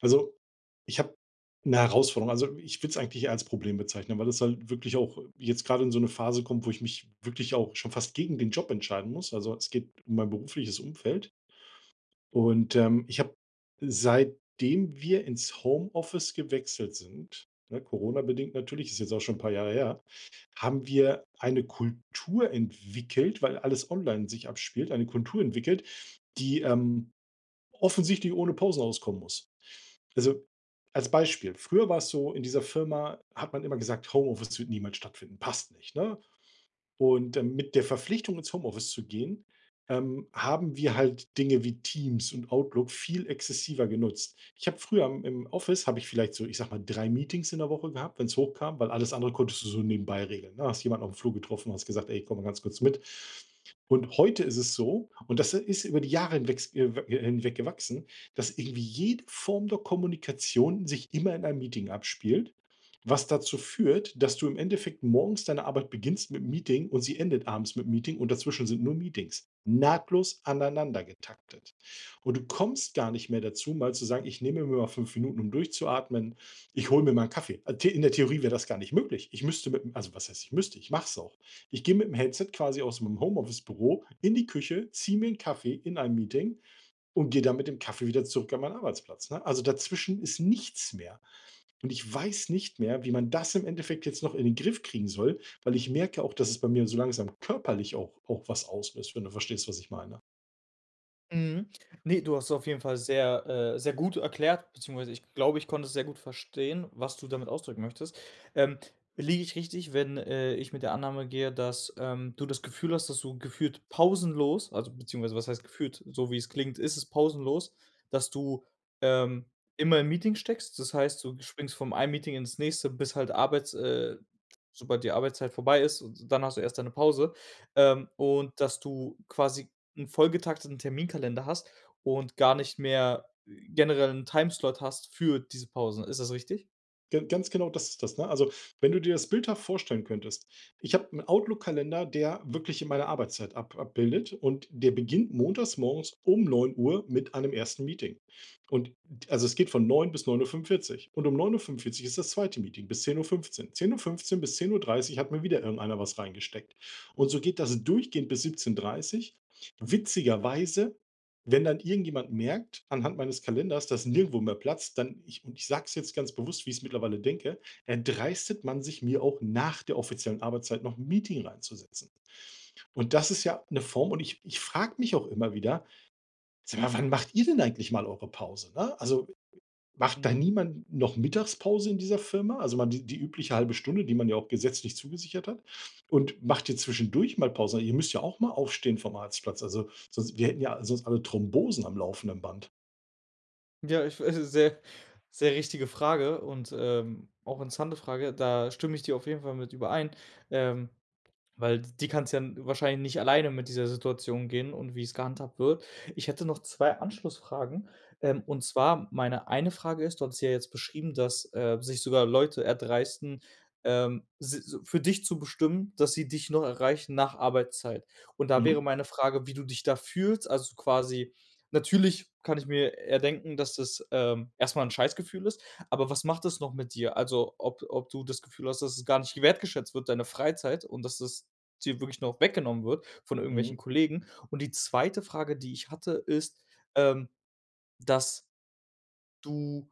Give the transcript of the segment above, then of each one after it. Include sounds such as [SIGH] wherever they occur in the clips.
Also, ich habe eine Herausforderung. Also, ich will es eigentlich eher als Problem bezeichnen, weil das halt wirklich auch jetzt gerade in so eine Phase kommt, wo ich mich wirklich auch schon fast gegen den Job entscheiden muss. Also, es geht um mein berufliches Umfeld. Und, ich habe, seitdem wir ins Homeoffice gewechselt sind, ne, Corona-bedingt natürlich, ist jetzt auch schon ein paar Jahre her, haben wir eine Kultur entwickelt, weil alles online sich abspielt, eine Kultur entwickelt, die, offensichtlich ohne Pausen auskommen muss. Also, als Beispiel: Früher war es so, in dieser Firma hat man immer gesagt: „Homeoffice wird niemals stattfinden, passt nicht", ne? Und, mit der Verpflichtung, ins Homeoffice zu gehen, haben wir halt Dinge wie Teams und Outlook viel exzessiver genutzt. Ich habe früher im Office habe ich vielleicht so, ich sage mal, 3 Meetings in der Woche gehabt, wenn es hochkam, weil alles andere konntest du so nebenbei regeln, ne? Hast jemanden auf dem Flur getroffen, hast gesagt: „Ey, komm mal ganz kurz mit." Und heute ist es so, und das ist über die Jahre hinweg gewachsen, dass irgendwie jede Form der Kommunikation sich immer in einem Meeting abspielt, was dazu führt, dass du im Endeffekt morgens deine Arbeit beginnst mit 'm Meeting und sie endet abends mit 'm Meeting und dazwischen sind nur Meetings. Nahtlos aneinander getaktet. Und du kommst gar nicht mehr dazu, mal zu sagen: „Ich nehme mir mal 5 Minuten, um durchzuatmen. Ich hole mir mal einen Kaffee." The In der Theorie wäre das gar nicht möglich. Ich müsste mit 'm, also, was heißt, ich müsste, ich mache es auch. Ich gehe mit dem Headset quasi aus meinem Homeoffice-Büro in die Küche, ziehe mir einen Kaffee in einem Meeting und gehe dann mit dem Kaffee wieder zurück an meinen Arbeitsplatz, ne? Also, dazwischen ist nichts mehr. Und ich weiß nicht mehr, wie man das im Endeffekt jetzt noch in den Griff kriegen soll, weil ich merke auch, dass es bei mir so langsam körperlich auch was auslöst, wenn du verstehst, was ich meine. Mhm. Ne, du hast es auf jeden Fall sehr, sehr gut erklärt, beziehungsweise ich glaube, ich konnte es sehr gut verstehen, was du damit ausdrücken möchtest. Ähm, Liege ich richtig, wenn, ich mit der Annahme gehe, dass, du das Gefühl hast, dass du gefühlt pausenlos also, beziehungsweise was heißt gefühlt, so wie es klingt, ist es pausenlos, dass du, ähm, immer im Meeting steckst? Das heißt, du springst vom einen Meeting ins nächste, bis halt Arbeits sobald die Arbeitszeit vorbei ist und dann hast du erst deine Pause, und dass du quasi 'n vollgetakteten Terminkalender hast und gar nicht mehr generell 'n Timeslot hast für diese Pausen. Ist das richtig? G ganz genau, das ist das, ne? Also, wenn du dir das bildhaft vorstellen könntest. Ich habe einen Outlook-Kalender, der wirklich in meine Arbeitszeit ab abbildet, und der beginnt montags morgens um 9 Uhr mit einem ersten Meeting. Und, also, es geht von 9 bis 9:45 Uhr, und um 9:45 Uhr ist das zweite Meeting bis zehn Uhr fünfzehn, 10:15 Uhr bis 10:30 Uhr hat mir wieder irgendeiner was reingesteckt. Und so geht das durchgehend bis 17:30 Uhr. Witzigerweise, wenn dann irgendjemand merkt, anhand meines Kalenders, dass nirgendwo mehr Platz, dann, ich, und ich sage es jetzt ganz bewusst, wie ich es mittlerweile denke, erdreistet man sich, mir auch nach der offiziellen Arbeitszeit noch 'n Meeting reinzusetzen. Und das ist ja eine Form, und ich frage mich auch immer wieder: „Sag mal, wann macht ihr denn eigentlich mal eure Pause, ne?" Also, macht da Mhm. niemand noch Mittagspause in dieser Firma? Also, man, die die übliche halbe Stunde, die man ja auch gesetzlich zugesichert hat, und macht ihr zwischendurch mal Pause? Ihr müsst ja auch mal aufstehen vom Arztplatz. Also, sonst, wir hätten ja sonst alle Thrombosen am laufenden Band. Ja, ich [LAUGHS] weiß es sehr sehr richtige Frage und, auch interessante Frage. Da stimme ich dir auf jeden Fall mit überein. Ähm Weil die kann's ja n wahrscheinlich nicht alleine mit dieser Situation gehen und wie es gehandhabt wird. Ich hätte noch 2 Anschlussfragen. Und zwar meine eine Frage ist, du hast ja jetzt beschrieben, dass, sich sogar Leute erdreisten, si so für dich zu bestimmen, dass sie dich noch erreichen nach Arbeitszeit. Und da wäre Mhm. meine Frage, wie du dich da fühlst. Also quasi natürlich kann ich mir erdenken, dass das, erst mal Scheißgefühl ist, aber was macht das noch mit dir? Also, ob du das Gefühl hast, dass es gar nicht wertgeschätzt wird, deine Freizeit und dass das dir wirklich noch weggenommen wird von irgendwelchen Mhm. Kollegen. Und die zweite Frage, die ich hatte, ist, ähm, dass du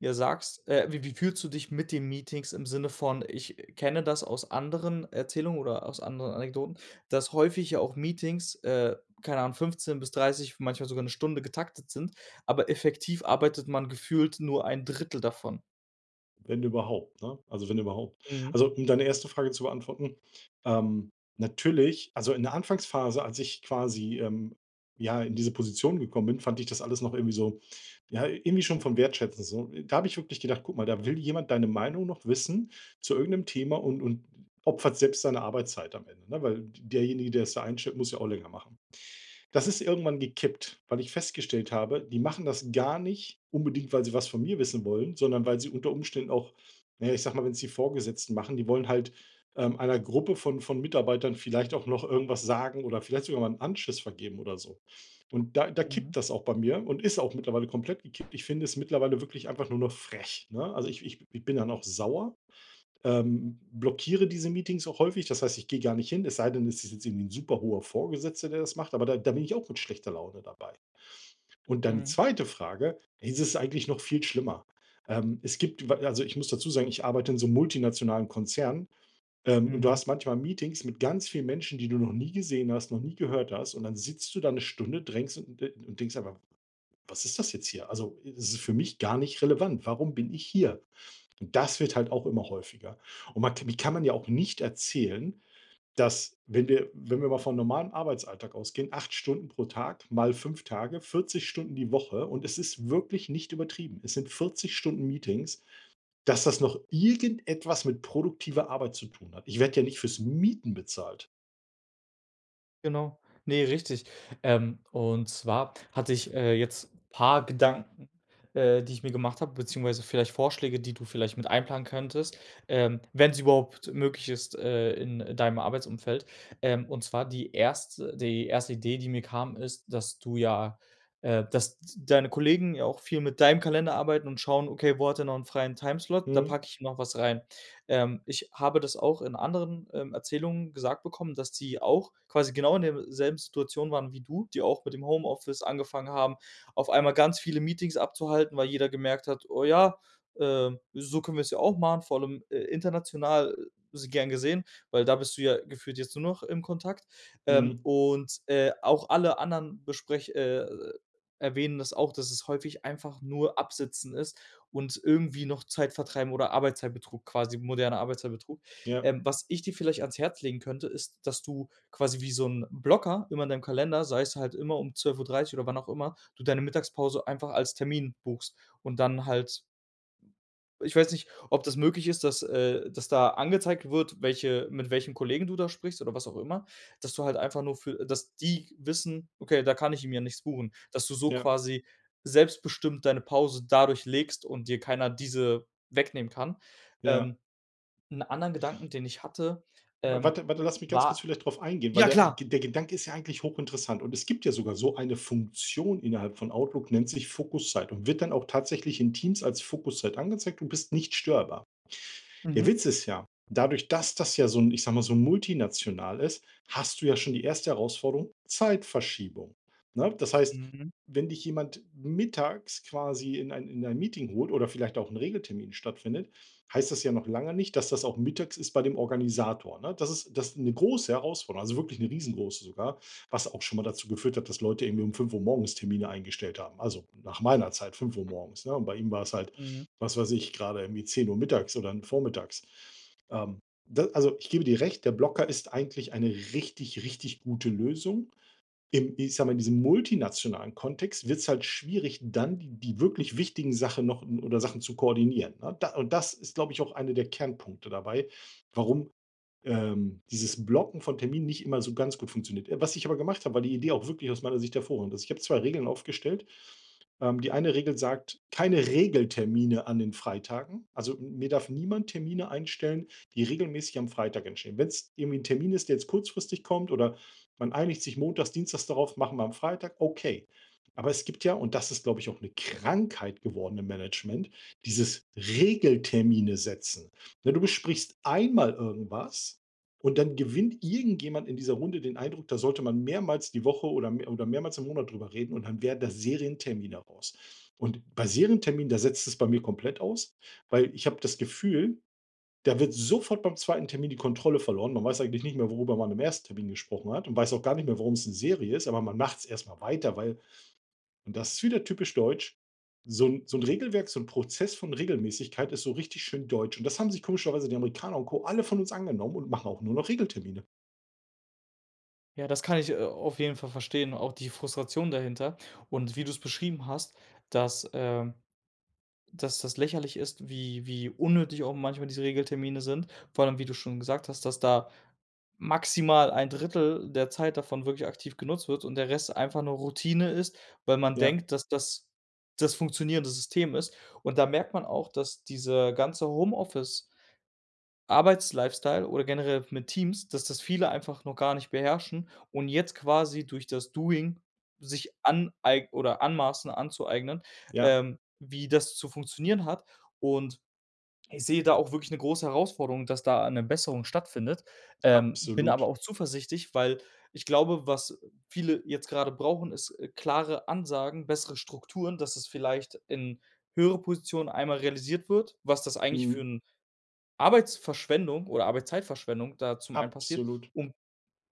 ja sagst, wie fühlst du dich mit den Meetings im Sinne von ich kenne das aus anderen Erzählungen oder aus anderen Anekdoten, dass häufig ja auch Meetings, keine Ahnung, 15 bis 30 manchmal sogar eine Stunde getaktet sind, aber effektiv arbeitet man gefühlt nur ein Drittel davon. Wenn überhaupt, ne? Also, wenn überhaupt. Mhm. Also, um deine erste Frage zu beantworten, ähm, natürlich, also, in der Anfangsphase, als ich quasi, ja, in diese Position gekommen bin, fand ich das alles noch irgendwie so, ja, irgendwie schon von wertschätzen so. Da habe ich wirklich gedacht: „Guck mal, da will jemand deine Meinung noch wissen zu irgendeinem Thema, und opfert selbst seine Arbeitszeit am Ende", ne? Weil derjenige, der es da einstellt, muss ja auch länger machen. Das ist irgendwann gekippt, weil ich festgestellt habe, die machen das gar nicht unbedingt, weil sie was von mir wissen wollen, sondern weil sie unter Umständen auch, na ja, ich sag mal, wenn's die Vorgesetzten machen, die wollen halt, einer Gruppe von Mitarbeitern vielleicht auch noch irgendwas sagen oder vielleicht sogar mal 'n Anschiss vergeben oder so. Und da Mhm. kippt das auch bei mir, und ist auch mittlerweile komplett gekippt. Ich finde es mittlerweile wirklich einfach nur noch frech, ne? Also, ich bin dann auch sauer, blockiere diese Meetings auch häufig. Das heißt, ich gehe gar nicht hin, es sei denn, es ist jetzt irgendwie ein super hoher Vorgesetzter, der das macht, aber da bin ich auch mit schlechter Laune dabei. Und deine Mhm. zweite Frage, es ist es eigentlich noch viel schlimmer. Es gibt, also, ich muss dazu sagen, ich arbeite in so 'nem multinationalen Konzern, und du Mhm. hast manchmal Meetings mit ganz vielen Menschen, die du noch nie gesehen hast, noch nie gehört hast, und dann sitzt du da eine Stunde, drängst und denkst einfach: was ist das jetzt hier? Also, es ist für mich gar nicht relevant. Warum bin ich hier? Und das wird halt auch immer häufiger. Und man k kann man ja auch nicht erzählen, dass, wenn wir mal von normalem Arbeitsalltag ausgehen, 8 Stunden pro Tag mal 5 Tage, 40 Stunden die Woche, und es ist wirklich nicht übertrieben. Es sind 40 Stunden Meetings, dass das noch irgendetwas mit produktiver Arbeit zu tun hat. Ich werde ja nicht fürs Mieten bezahlt. Genau. Nee, richtig. Und zwar hatte ich, jetzt paar Gedanken, die ich mir gemacht habe, beziehungsweise vielleicht Vorschläge, die du vielleicht mit einplanen könntest, wenn es überhaupt möglich ist, in deinem Arbeitsumfeld. Und zwar die erste Idee, die mir kam, ist, dass du ja dass deine Kollegen ja auch viel mit deinem Kalender arbeiten und schauen: „Okay, wo hat er noch einen freien Timeslot? Da Mhm, packe ich noch was rein.“ Ich habe das auch in anderen, Erzählungen gesagt bekommen, dass die auch quasi genau in derselben Situation waren wie du, die auch mit dem Homeoffice angefangen haben, auf einmal ganz viele Meetings abzuhalten, weil jeder gemerkt hat: „Oh ja, so können wir es ja auch machen“, vor allem, international, s gern gesehen, weil da bist du ja gefühlt jetzt nur noch im Kontakt. Mhm. und, auch alle anderen besprech erwähnen das auch, dass es häufig einfach nur Absitzen ist und irgendwie noch Zeit vertreiben oder Arbeitszeitbetrug quasi, moderner Arbeitszeitbetrug. Ja, Was ich dir vielleicht ans Herz legen könnte, ist, dass du quasi wie so 'n Blocker immer in deinem Kalender, sei es halt immer um 12:30 oder wann auch immer, du deine Mittagspause einfach als Termin buchst und dann halt ich weiß nicht, ob das möglich ist, dass dass da angezeigt wird, welche mit welchen Kollegen du da sprichst oder was auch immer, dass du halt einfach nur für dass die wissen: „Okay, da kann ich ihm ja nichts buchen.“ Dass du so ja, quasi selbstbestimmt deine Pause dadurch legst und dir keiner diese wegnehmen kann. ja. Ähm, 'N anderen Gedanken, den ich hatte, W ähm, warte warte, lass mich ganz war kurz vielleicht drauf eingehen, weil ja der klar. der Gedanke ist ja eigentlich hochinteressant, und es gibt ja sogar so eine Funktion innerhalb von Outlook, nennt sich Fokuszeit, und wird dann auch tatsächlich in Teams als Fokuszeit angezeigt. Du bist nicht störbar. Der Mhm. Witz ist ja, dadurch, dass das ja so 'n, ich sage mal, so multinational ist, hast du ja schon die erste Herausforderung, Zeitverschiebung, ne? Das heißt, Mhm. wenn dich jemand mittags quasi in ein Meeting holt oder vielleicht auch ein Regeltermin stattfindet, heißt das ja noch lange nicht, dass das auch mittags ist bei dem Organisator, ne? Das ist das 'ne große Herausforderung, also wirklich eine riesengroße sogar, was auch schon mal dazu geführt hat, dass Leute irgendwie um 5 Uhr morgens Termine eingestellt haben. Also, nach meiner Zeit 5 Uhr morgens, ne? Und bei ihm war es halt, Mhm. was weiß ich, gerade irgendwie 10 Uhr mittags oder vormittags. Ähm, Da, also, ich gebe dir recht, der Blocker ist eigentlich eine richtig, richtig gute Lösung. Im Ich sage mal, in diesem multinationalen Kontext wird es halt schwierig, dann die wirklich wichtigen Sachen noch oder Sachen zu koordinieren, ne? Da, und das ist, glaube ich, auch einer der Kernpunkte dabei, warum, dieses Blocken von Terminen nicht immer so ganz gut funktioniert. Was ich aber gemacht habe, war die Idee auch wirklich aus meiner Sicht hervorragend. Also, ich habe 2 Regeln aufgestellt. Die eine Regel sagt, keine Regeltermine an den Freitagen. Also, mir darf niemand Termine einstellen, die regelmäßig am Freitag entstehen. Wenn es irgendwie ein Termin ist, der jetzt kurzfristig kommt, oder man einigt sich montags, dienstags darauf, machen wir am Freitag, okay. Aber es gibt ja, und das ist, glaube ich, auch eine Krankheit geworden im Management, dieses Regeltermine setzen. Ne, du besprichst einmal irgendwas, und dann gewinnt irgendjemand in dieser Runde den Eindruck, da sollte man mehrmals die Woche oder mehr oder mehrmals im Monat drüber reden, und dann werden da Serientermine raus. Und bei Serienterminen, da setzt es bei mir komplett aus, weil ich habe das Gefühl, da wird sofort beim zweiten Termin die Kontrolle verloren. Man weiß eigentlich nicht mehr, worüber man im ersten Termin gesprochen hat, und weiß auch gar nicht mehr, warum es eine Serie ist, aber man macht es erstmal weiter, weil, und das ist wieder typisch deutsch. So ein, so 'n Regelwerk, so ein Prozess von Regelmäßigkeit ist so richtig schön deutsch. Und das haben sich komischerweise die Amerikaner und Co. alle von uns angenommen und machen auch nur noch Regeltermine. Ja, das kann ich, auf jeden Fall verstehen, auch die Frustration dahinter und wie du es beschrieben hast, dass, ähm dass das lächerlich ist, wie unnötig auch manchmal diese Regeltermine sind. Vor allem, wie du schon gesagt hast, dass da maximal ein Drittel der Zeit davon wirklich aktiv genutzt wird und der Rest einfach nur Routine ist, weil man Ja, denkt, dass das das funktionierende System ist. Und da merkt man auch, dass diese ganze Homeoffice Arbeitslifestyle oder generell mit Teams, dass das viele einfach noch gar nicht beherrschen und jetzt quasi durch das Doing sich aneig oder anmaßen, anzueignen, ja, wie das zu funktionieren hat. Und ich sehe da auch wirklich eine große Herausforderung, dass da eine Besserung stattfindet, bin absolut. aber auch zuversichtlich, weil ich glaube, was viele jetzt gerade brauchen, ist, klare Ansagen, bessere Strukturen, dass es vielleicht in höhere Positionen einmal realisiert wird, was das eigentlich für Mhm. 'n Arbeitsverschwendung oder Arbeitszeitverschwendung da zum einen passiert Absolut. und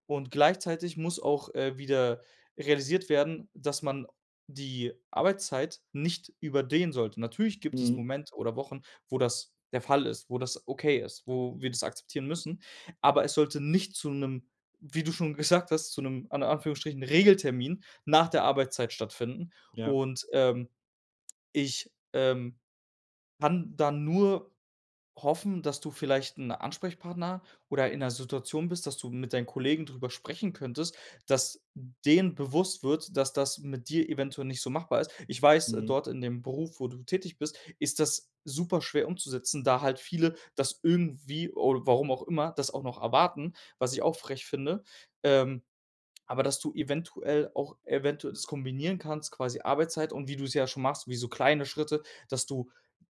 und gleichzeitig muss auch, wieder realisiert werden, dass man die Arbeitszeit nicht überdehnen sollte. Natürlich gibt es Mhm. Momente oder Wochen, wo das der Fall ist, wo das okay ist, wo wir das akzeptieren müssen, aber es sollte nicht zu einem, wie du schon [LAUGHS] gesagt hast, zu einem an Anführungsstrichen Regeltermin nach der Arbeitszeit stattfinden Ja. und, ich, kann da nur hoffen, dass du vielleicht 'n Ansprechpartner oder in 'ner Situation bist, dass du mit deinen Kollegen drüber sprechen könntest, dass denen bewusst wird, dass das mit dir eventuell nicht so machbar ist. Ich weiß, Mhm. dort in dem Beruf, wo du tätig bist, ist das super schwer umzusetzen, da halt viele das irgendwie oder warum auch immer, das auch noch erwarten, was ich auch frech finde. Ähm, aber dass du eventuell auch eventuell das kombinieren kannst, quasi Arbeitszeit und wie du's ja schon machst, wie so kleine Schritte, dass du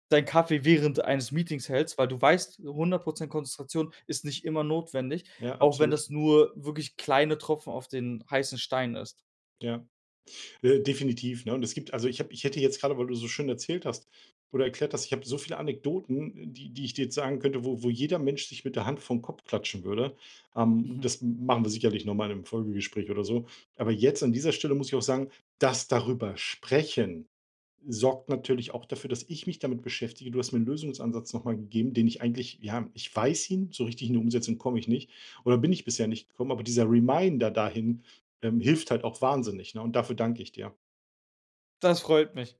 deinen Kaffee während eines Meetings hältst, weil du weißt, 100% Konzentration ist nicht immer notwendig, Ja, auch wenn absolut. das nur wirklich kleine Tropfen auf den heißen Stein ist. Ja. Definitiv, ne? Und es gibt, also, ich hätte jetzt gerade, weil du so schön erzählt hast oder erklärt hast, ich habe so viele Anekdoten, die ich dir jetzt sagen könnte, wo jeder Mensch sich mit der Hand vom Kopf klatschen würde. Mhm. Das machen wir sicherlich noch mal in 'nem Folgegespräch oder so. Aber jetzt an dieser Stelle muss ich auch sagen, das darüber sprechen sorgt natürlich auch dafür, dass ich mich damit beschäftige. Du hast mir 'n Lösungsansatz noch mal gegeben, den ich eigentlich, ja, ich weiß ihn, so richtig in die Umsetzung komme ich nicht, oder bin ich bisher nicht gekommen, aber dieser Reminder dahin, hilft halt auch wahnsinnig, ne? Und dafür danke ich dir. Das freut mich.